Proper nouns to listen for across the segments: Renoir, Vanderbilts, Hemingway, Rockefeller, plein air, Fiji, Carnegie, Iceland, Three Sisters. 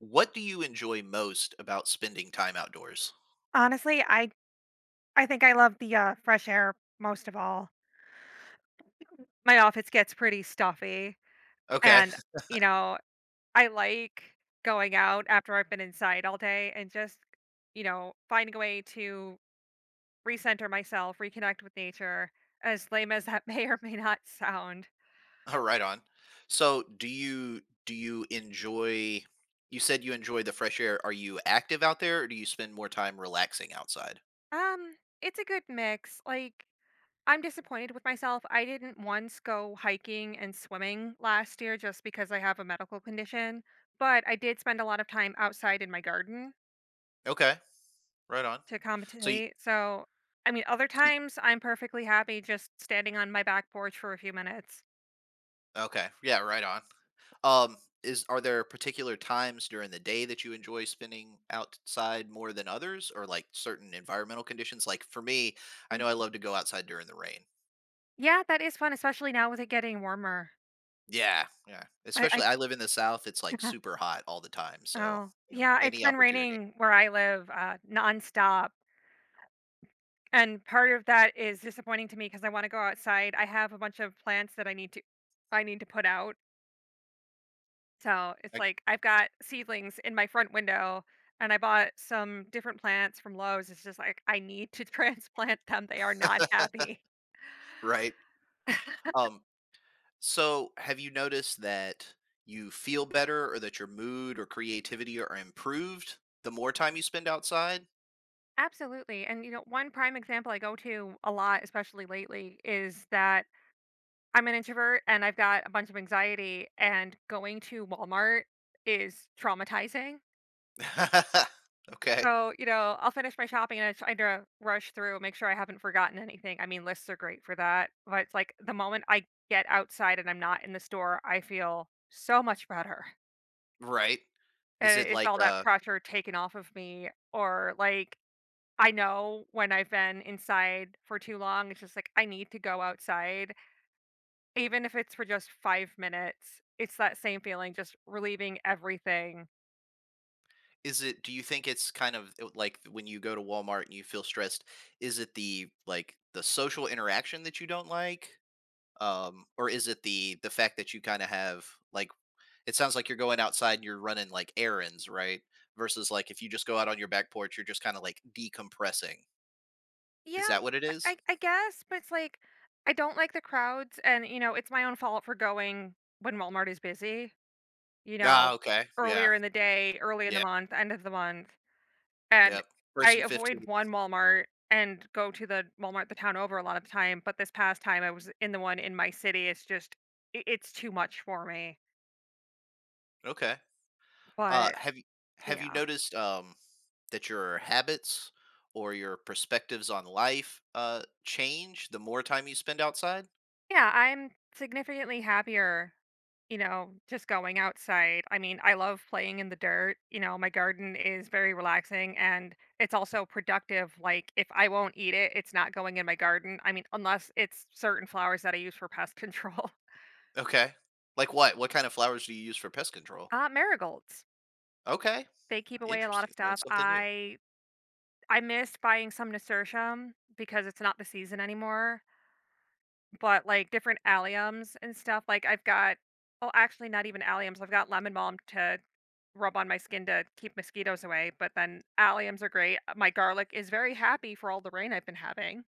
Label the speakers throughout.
Speaker 1: What do you enjoy most about spending time outdoors?
Speaker 2: Honestly, I think I love the, fresh air most of all. My office gets pretty stuffy,
Speaker 1: Okay.
Speaker 2: and, you know, I like going out after I've been inside all day and just, you know, finding a way to recenter myself, reconnect with nature, as lame as that may or may not sound.
Speaker 1: Oh, right on. So, do you enjoy you said you enjoy the fresh air. Are you active out there or do you spend more time relaxing outside?
Speaker 2: Um, it's a good mix, like I'm disappointed with myself. I didn't once go hiking and swimming last year just because I have a medical condition, but I did spend a lot of time outside in my garden
Speaker 1: Okay. Right on.
Speaker 2: to
Speaker 1: So you,
Speaker 2: compensate. So, I mean, other
Speaker 1: so
Speaker 2: times I'm perfectly happy just standing on my back porch for a few minutes.
Speaker 1: okay. Yeah, right on. Um is are there particular times during the day that you enjoy spending outside more than others or like certain environmental conditions? Like for me, I know
Speaker 2: Mm.
Speaker 1: I love to go outside during the rain.
Speaker 2: Yeah, that is fun, especially now with it getting warmer.
Speaker 1: Yeah, yeah.
Speaker 2: I
Speaker 1: Especially I live in the South, it's, like, super hot all the time, so,
Speaker 2: oh
Speaker 1: you know,
Speaker 2: yeah, it's
Speaker 1: any
Speaker 2: been
Speaker 1: opportunity.
Speaker 2: raining where I live nonstop. And part of that is disappointing to me because I wanna go outside. I have a bunch of plants that I need to put out. So, it's
Speaker 1: Like
Speaker 2: like I've got seedlings in my front window, and I bought some different plants from Lowe's. It's just like, I need to transplant them. They are not happy.
Speaker 1: right? Um, so have you noticed that you feel better or that your mood or creativity are improved the more time you spend outside?
Speaker 2: Absolutely, and, you know, one prime example I go to a lot, especially lately, is that I'm an introvert and I've got a bunch of anxiety, and going to Walmart is traumatizing.
Speaker 1: Okay.
Speaker 2: So, you know, I'll finish my shopping and I try to rush through, make sure I haven't forgotten anything. I mean, lists are great for that. But it's like the moment I get outside and I'm not in the store, I feel so much better.
Speaker 1: Right. Is
Speaker 2: And
Speaker 1: it
Speaker 2: it's
Speaker 1: like,
Speaker 2: all that
Speaker 1: uh
Speaker 2: pressure taken off of me. Or like, I know when I've been inside for too long, it's just like, I need to go outside, even if it's for just 5 minutes. It's that same feeling, just relieving everything.
Speaker 1: is it do you think it's kind of, like, when you go to Walmart and you feel stressed, is it the social interaction that you don't like? Or is it the fact that you kind of have like it sounds like you're going outside and you're running like errands right versus like if you just go out on your back porch you're just kind of like decompressing is
Speaker 2: Yeah,
Speaker 1: that what it is
Speaker 2: I guess, but it's like I don't like the crowds and, you know, it's my own fault for going when Walmart is busy, you
Speaker 1: ah
Speaker 2: know,
Speaker 1: okay yeah
Speaker 2: earlier in the day, early in the
Speaker 1: yeah
Speaker 2: month, end of the month. And
Speaker 1: yep
Speaker 2: I
Speaker 1: person
Speaker 2: avoid
Speaker 1: 15
Speaker 2: one Walmart and go to the Walmart the town over a lot of the time, but this past time I was in the one in my city. It's just I it's too much for me.
Speaker 1: okay uh
Speaker 2: But
Speaker 1: have you have you
Speaker 2: yeah.
Speaker 1: noticed that your habits or your perspectives on life change the more time you spend outside
Speaker 2: Yeah, I'm significantly happier, you know, just going outside. I mean, I love playing in the dirt. You know, my garden is very relaxing and it's also productive. Like, if I won't eat it, it's not going in my garden. I mean, unless it's certain flowers that I use for pest control.
Speaker 1: okay like what kind of flowers do you use for pest control
Speaker 2: Marigolds.
Speaker 1: okay
Speaker 2: They keep away a lot of
Speaker 1: interesting learn
Speaker 2: stuff.
Speaker 1: something new
Speaker 2: I miss buying some nasturtium because it's not the season anymore. But, like, different alliums and stuff, like, I've got oh, actually not even alliums, I've got lemon balm to rub on my skin to keep mosquitoes away, but then alliums are great, my garlic is very happy for all the rain I've been having,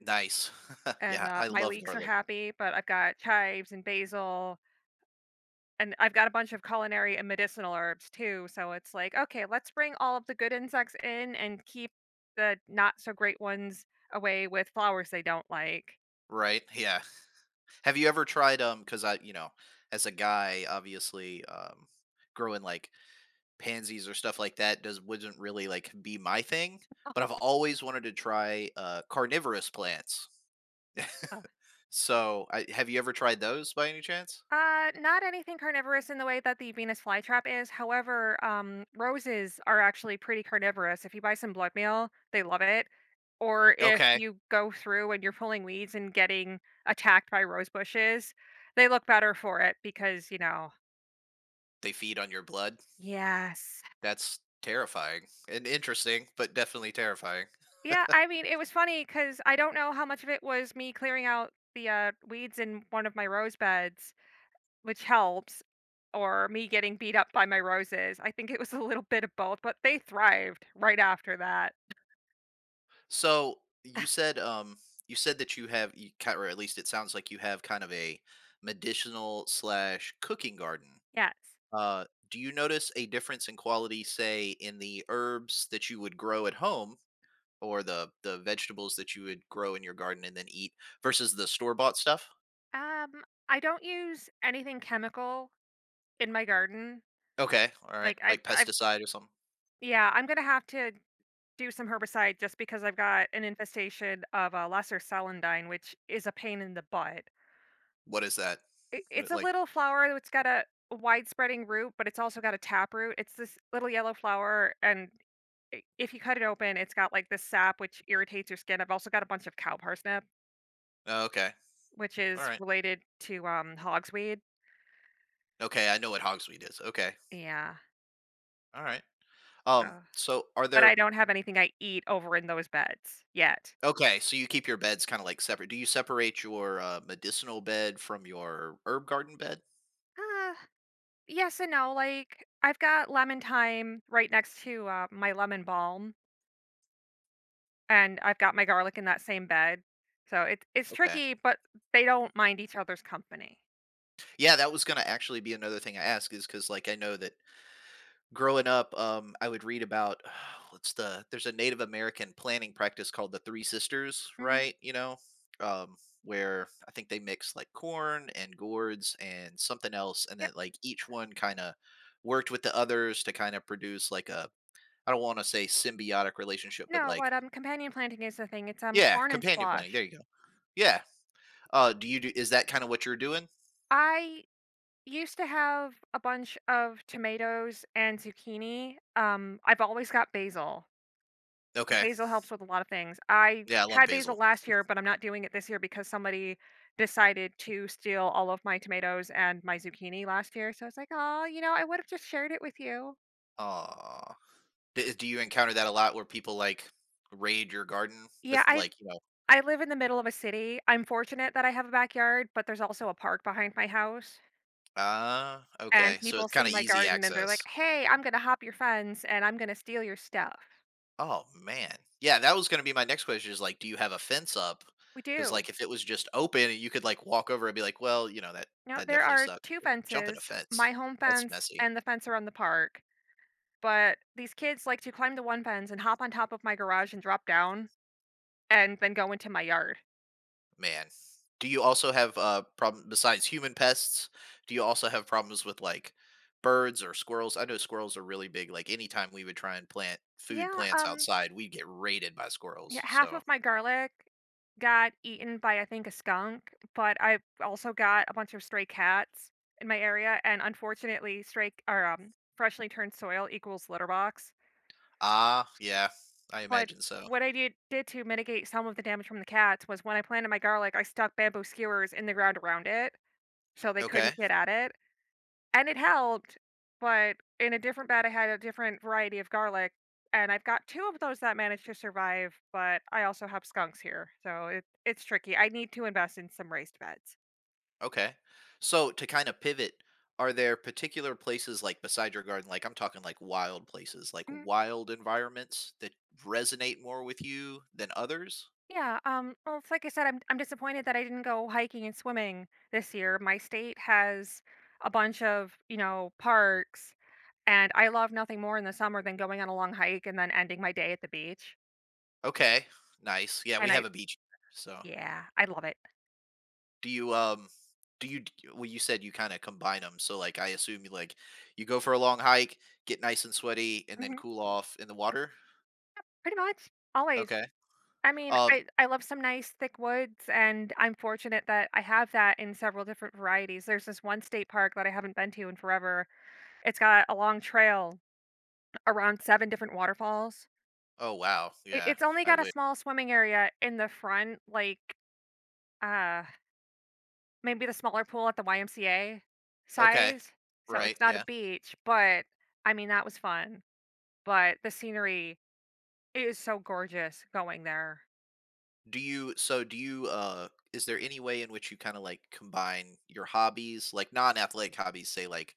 Speaker 1: Nice.
Speaker 2: and,
Speaker 1: Yeah, I
Speaker 2: my
Speaker 1: love
Speaker 2: leeks are
Speaker 1: garlic,
Speaker 2: happy, but I've got chives and basil, and I've got a bunch of culinary and medicinal herbs too, so it's like, "Okay, let's bring all of the good insects in and keep the not so great ones away with flowers they don't like."
Speaker 1: right? Yeah. Have you ever tried, Because as a guy, obviously, growing, like, pansies or stuff like that does wouldn't really, like, be my thing, but I've always wanted to try, carnivorous plants.
Speaker 2: Uh,
Speaker 1: So, I have you ever tried those by any chance?
Speaker 2: Not anything carnivorous in the way that the Venus flytrap is. However, roses are actually pretty carnivorous. If you buy some blood meal, they love it. Or if
Speaker 1: Okay.
Speaker 2: you go through and you're pulling weeds and getting attacked by rose bushes, they look better for it because, you know,
Speaker 1: They feed on your blood?
Speaker 2: yes.
Speaker 1: That's terrifying and interesting, but definitely terrifying.
Speaker 2: Yeah, I mean, it was funny because I don't know how much of it was me clearing out the weeds in one of my rose beds. Which helps, or me getting beat up by my roses. I think it was a little bit of both, but they thrived right after that.
Speaker 1: So you said that you or at least it sounds like you have kind of a medicinal slash cooking garden.
Speaker 2: Yes.
Speaker 1: Uh, do you notice a difference in quality, say, in the herbs that you would grow at home or the vegetables that you would grow in your garden and then eat versus the store bought stuff?
Speaker 2: Um, I don't use anything chemical in my garden.
Speaker 1: Okay, all right,
Speaker 2: Like
Speaker 1: like
Speaker 2: I
Speaker 1: pesticide or something.
Speaker 2: yeah, I'm gonna have to do some herbicide just because I've got an infestation of a lesser celandine, which is a pain in the butt.
Speaker 1: What is that?
Speaker 2: It,
Speaker 1: What
Speaker 2: it's
Speaker 1: it
Speaker 2: a
Speaker 1: like?
Speaker 2: little flower that's got a widespreading root, but it's also got a tap root. It's this little yellow flower, and I if you cut it open, it's got, like, this sap which irritates your skin. I've also got a bunch of cow parsnip,
Speaker 1: Oh, okay,
Speaker 2: which
Speaker 1: all
Speaker 2: is
Speaker 1: right,
Speaker 2: related to, hogsweed.
Speaker 1: okay. I know what hogsweed is. Okay,
Speaker 2: Yeah,
Speaker 1: all right.
Speaker 2: uh,
Speaker 1: So are
Speaker 2: but
Speaker 1: there
Speaker 2: I don't have anything I eat over in those beds yet.
Speaker 1: Okay, so you keep your beds kinda, like, separate. Do you separate your, medicinal bed from your herb garden bed?
Speaker 2: Uh, yes and no, like, I've got lemon thyme right next to, my lemon balm, and I've got my garlic in that same bed. So it's
Speaker 1: Okay.
Speaker 2: tricky, but they don't mind each other's company.
Speaker 1: Yeah, that was gonna actually be another thing I ask is because like, I know that growing up, I would read about what's the there's a Native American planting practice called the Three Sisters,
Speaker 2: Mhm,
Speaker 1: right, you know? Um, where I think they mix, like, corn and gourds and something else, and then,
Speaker 2: yep.
Speaker 1: like, each one kinda worked with the others to kinda produce, like, a I don't wanna say symbiotic relationship, but,
Speaker 2: No, but,
Speaker 1: like,
Speaker 2: companion planting is the thing. It's,
Speaker 1: Yeah,
Speaker 2: corn and
Speaker 1: companion planning,
Speaker 2: squash.
Speaker 1: there you go. Yeah, do you do is that kinda what you're doing?
Speaker 2: I Used to have a bunch of tomatoes and zucchini. I've always got basil.
Speaker 1: Okay.
Speaker 2: Basil helps with a lot of things. I
Speaker 1: Yeah, I love
Speaker 2: had basil
Speaker 1: basil.
Speaker 2: last year, but I'm not doing it this year because somebody decided to steal all of my tomatoes and my zucchini last year. So I was like, "Oh, you know, I would have just shared it with you."
Speaker 1: Ah. D do you encounter that a lot where people, like, raid your garden? But
Speaker 2: Yeah,
Speaker 1: like, you know
Speaker 2: I live in the middle of a city. I'm fortunate that I have a backyard, but there's also a park behind my house,
Speaker 1: Ah,
Speaker 2: and
Speaker 1: okay, so it's
Speaker 2: people see
Speaker 1: kinda
Speaker 2: my
Speaker 1: easy
Speaker 2: garden and they're like,
Speaker 1: access.
Speaker 2: "Hey, I'm gonna hop your fence and I'm gonna steal your stuff."
Speaker 1: Oh, man. Yeah, that was gonna be my next question is, like, do you have a fence up?
Speaker 2: We
Speaker 1: Because like,
Speaker 2: do.
Speaker 1: if it was just open you could, like, walk over and be like, "Well, you know, that
Speaker 2: No,
Speaker 1: that
Speaker 2: there
Speaker 1: definitely
Speaker 2: are
Speaker 1: sucked,"
Speaker 2: 2
Speaker 1: but jumping a
Speaker 2: fences,
Speaker 1: fence,
Speaker 2: my home
Speaker 1: that's
Speaker 2: fence
Speaker 1: messy.
Speaker 2: and the fence around the park, but these kids like to climb the one fence and hop on top of my garage and drop down and then go into my yard.
Speaker 1: Man, do you also have problem besides human pests? Do you also have problems with like birds or squirrels? I know squirrels are really big. Like anytime we would try and plant food
Speaker 2: Yeah,
Speaker 1: plants outside, we'd get raided by
Speaker 2: yeah,
Speaker 1: squirrels.
Speaker 2: half
Speaker 1: So,
Speaker 2: of my garlic got eaten by, I think, a skunk, but I've also got a bunch of stray cats in my area, and unfortunately, stray or, freshly turned soil equals litter box.
Speaker 1: ah, yeah, I
Speaker 2: But
Speaker 1: imagine so.
Speaker 2: what I did to mitigate some of the damage from the cats was when I planted my garlic, I stuck bamboo skewers in the ground around it so they
Speaker 1: Okay,
Speaker 2: couldn't get at it, and it helped, but in a different bed, I had a different variety of garlic, and I've got 2 of those that managed to survive, but I also have skunks here, so it's tricky. I need to invest in some raised beds.
Speaker 1: okay. So to kind of pivot, are there particular places like beside your garden, like I'm talking like wild places, like
Speaker 2: Mm,
Speaker 1: wild environments that resonate more with you than others?
Speaker 2: yeah, well, it's like I said, I'm disappointed that I didn't go hiking and swimming this year. My state has a bunch of, you know, parks, and I love nothing more in the summer than going on a long hike and then ending my day at the beach,
Speaker 1: Okay, nice. Yeah, we
Speaker 2: and
Speaker 1: have
Speaker 2: I
Speaker 1: a beach, here, so.
Speaker 2: yeah, I love it.
Speaker 1: Do you um do you well you said you kind of combine them so like I assume you like you go for a long hike, get nice and sweaty and then
Speaker 2: Mhm.
Speaker 1: cool off in the water?
Speaker 2: Pretty much, always.
Speaker 1: Okay.
Speaker 2: I mean,
Speaker 1: Um
Speaker 2: I love some nice thick woods, and I'm fortunate that I have that in several different varieties. There's this one state park that I haven't been to in forever. It's got a long trail around 7 different waterfalls.
Speaker 1: oh wow. Yeah.
Speaker 2: It's only
Speaker 1: I
Speaker 2: got a
Speaker 1: would.
Speaker 2: small swimming area in the front, like, uh, maybe the smaller pool at the YMCA
Speaker 1: Okay.
Speaker 2: size, so
Speaker 1: Right.
Speaker 2: it's not a
Speaker 1: Yeah.
Speaker 2: beach, but, I mean, that was fun, but the scenery is so gorgeous going there.
Speaker 1: Do you so do you is there any way in which you kind of like combine your hobbies, like non-athletic hobbies, say like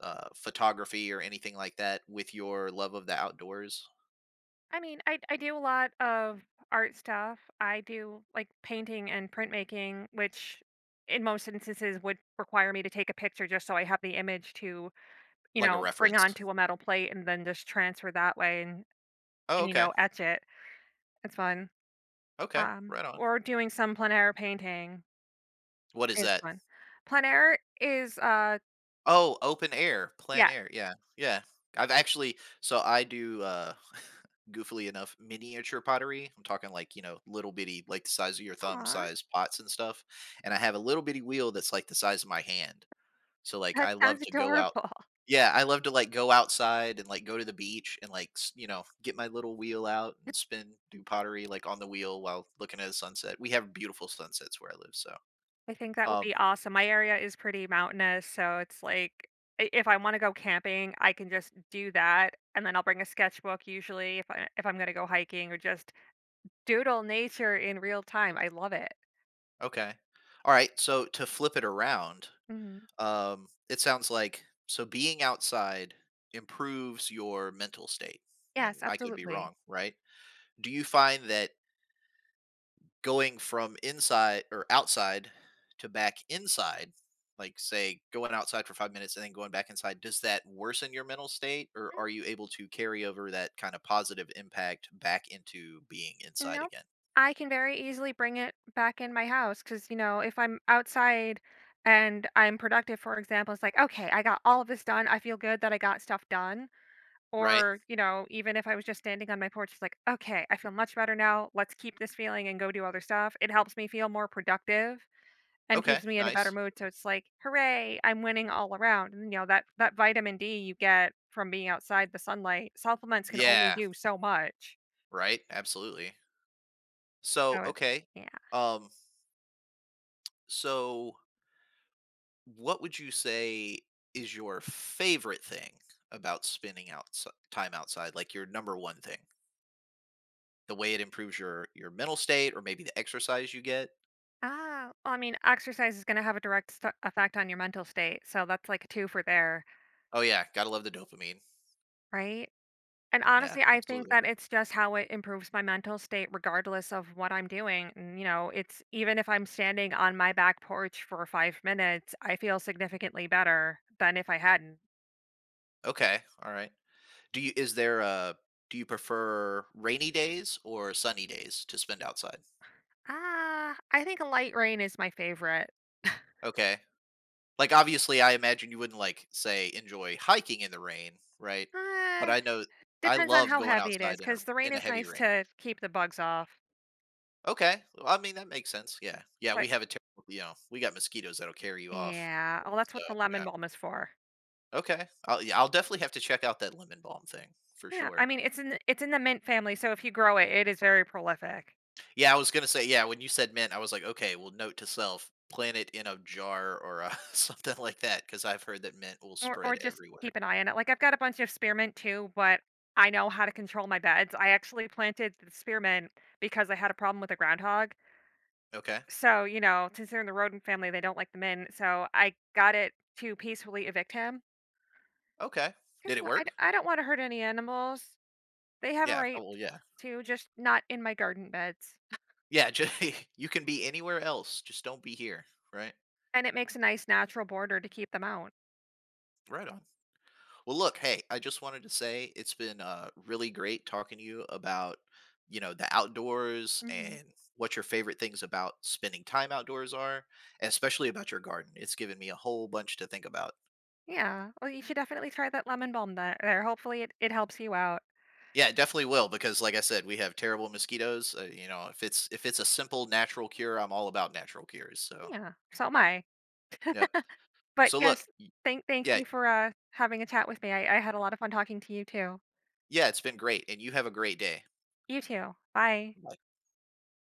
Speaker 1: photography or anything like that with your love of the outdoors?
Speaker 2: I mean, I do a lot of art stuff. I do like painting and printmaking, which in most instances would require me to take a picture just so I have the image to, you
Speaker 1: Like a
Speaker 2: know, bring
Speaker 1: reference.
Speaker 2: onto a metal plate and then just transfer that way
Speaker 1: Oh,
Speaker 2: and you
Speaker 1: okay.
Speaker 2: know, etch it. It's fun.
Speaker 1: Okay. Right on.
Speaker 2: Or doing some plein air painting
Speaker 1: What is
Speaker 2: is
Speaker 1: that?
Speaker 2: fun. Plein air is
Speaker 1: Oh, open air, plein
Speaker 2: yeah,
Speaker 1: air, yeah, yeah. I've actually so I do, goofily enough, miniature pottery. I'm talking like, you know, little bitty, like the size of your thumb
Speaker 2: aw,
Speaker 1: size pots and stuff, and I have a little bitty wheel that's like the size of my hand. So, like,
Speaker 2: that
Speaker 1: I love
Speaker 2: sounds
Speaker 1: to go out
Speaker 2: adorable.
Speaker 1: Yeah, I love to, like, go outside and, like, go to the beach and, like, s you know, get my little wheel out and spin, do pottery, like, on the wheel while looking at a sunset. We have beautiful sunsets where I live, so,
Speaker 2: I think that would
Speaker 1: um,
Speaker 2: be awesome. My area is pretty mountainous, so it's like if I want to go camping, I can just do that, and then I'll bring a sketchbook usually if I if I'm going to go hiking or just doodle nature in real time. I love it.
Speaker 1: okay. Alright, so to flip it around
Speaker 2: Hmm.
Speaker 1: It sounds like so being outside improves your mental state, and
Speaker 2: Yes,
Speaker 1: I could be
Speaker 2: absolutely.
Speaker 1: wrong, right? Do you find that going from inside or outside to back inside, like say going outside for 5 minutes and then going back inside, does that worsen your mental state, or are you able to carry over that kind of positive impact back into being
Speaker 2: Mm,
Speaker 1: inside
Speaker 2: nope.
Speaker 1: again?
Speaker 2: I can very easily bring it back in my house because, you know, if I'm outside and I'm productive, for example, it's like, okay, I got all of this done. I feel good that I got stuff done.
Speaker 1: Right.
Speaker 2: Or, you know, even if I was just standing on my porch, it's like, okay, I feel much better now. Let's keep this feeling and go do other stuff. It helps me feel more productive and
Speaker 1: Okay.
Speaker 2: keeps me in a better
Speaker 1: Nice.
Speaker 2: mood. So it's like, hooray, I'm winning all around. And, you know, that vitamin D you get from being outside the sunlight, supplements can only
Speaker 1: Yeah.
Speaker 2: do so much.
Speaker 1: Right. Absolutely. So
Speaker 2: So it,
Speaker 1: okay.
Speaker 2: yeah.
Speaker 1: Um. So What would you say is your favorite thing about spending outs time outside? Like your number one thing, the way it improves your mental state, or maybe the exercise you get.
Speaker 2: Ah, well, I mean, exercise is going to have a direct effect on your mental state. So that's like a two for there,
Speaker 1: Oh yeah, gotta love the dopamine.
Speaker 2: right? And
Speaker 1: Yeah,
Speaker 2: honestly, I think
Speaker 1: absolutely.
Speaker 2: that it's just how it improves my mental state regardless of what I'm doing. And, you know, it's even if I'm standing on my back porch for 5 minutes, I feel significantly better than if I hadn't.
Speaker 1: Okay, all right. Do you is there a do you prefer rainy days or sunny days to spend outside?
Speaker 2: Ah, I think light rain is my favorite.
Speaker 1: Okay. Like obviously I imagine you wouldn't like say enjoy hiking in the rain, right?
Speaker 2: Uh,
Speaker 1: But I know I
Speaker 2: Depends on
Speaker 1: love
Speaker 2: how
Speaker 1: going
Speaker 2: heavy it is,
Speaker 1: outside
Speaker 2: because the rain
Speaker 1: in a
Speaker 2: is
Speaker 1: heavy
Speaker 2: nice
Speaker 1: rain.
Speaker 2: to keep the bugs off.
Speaker 1: Okay. Well, I mean, that makes sense. Yeah. Yeah, we
Speaker 2: But
Speaker 1: have a terrible you know, we got mosquitoes that'll carry you off.
Speaker 2: yeah, oh, that's
Speaker 1: So,
Speaker 2: what the
Speaker 1: yeah.
Speaker 2: lemon balm is for.
Speaker 1: Okay. I'll yeah, I'll definitely have to check out that lemon balm thing for
Speaker 2: Yeah, I
Speaker 1: sure.
Speaker 2: mean, it's in the mint family, so if you grow it, it is very prolific.
Speaker 1: Yeah, I was gonna say, yeah, when you said mint, I was like, okay, well, note to self, plant it in a jar or something like that, because I've heard that mint will
Speaker 2: Or
Speaker 1: spread
Speaker 2: just
Speaker 1: everywhere.
Speaker 2: keep an eye on it. Like, I've got a bunch of spearmint too, but I know how to control my beds. I actually planted the spearmint because I had a problem with a groundhog.
Speaker 1: Okay.
Speaker 2: So, you know, since they're in the rodent family, they don't like them in. So I got it to peacefully evict him
Speaker 1: Okay.
Speaker 2: because
Speaker 1: Did it
Speaker 2: you know, I,
Speaker 1: work?
Speaker 2: I don't want to hurt any animals. They have a
Speaker 1: Yeah.
Speaker 2: right
Speaker 1: Oh, well, yeah.
Speaker 2: to just not in my garden beds.
Speaker 1: Yeah. Just, you can be anywhere else. Just don't be here. Right.
Speaker 2: And it makes a nice natural border to keep them out.
Speaker 1: Right on. Well, look, hey, I just wanted to say it's been really great talking to you about, you know, the outdoors
Speaker 2: Hmm.
Speaker 1: and what your favorite things about spending time outdoors are, and especially about your garden. It's given me a whole bunch to think about.
Speaker 2: Yeah. Well, you should definitely try that lemon balm that there. Hopefully it, it helps you out.
Speaker 1: Yeah, it definitely will because, like I said, we have terrible mosquitoes. You know, if it's a simple natural cure, I'm all about natural cures. So,
Speaker 2: Yeah. So am I.
Speaker 1: yep.
Speaker 2: But
Speaker 1: So look,
Speaker 2: yes, thank
Speaker 1: yeah,
Speaker 2: you for, having a chat with me. I had a lot of fun talking to you too.
Speaker 1: yeah, it's been great, and you have a great day.
Speaker 2: You too. Bye.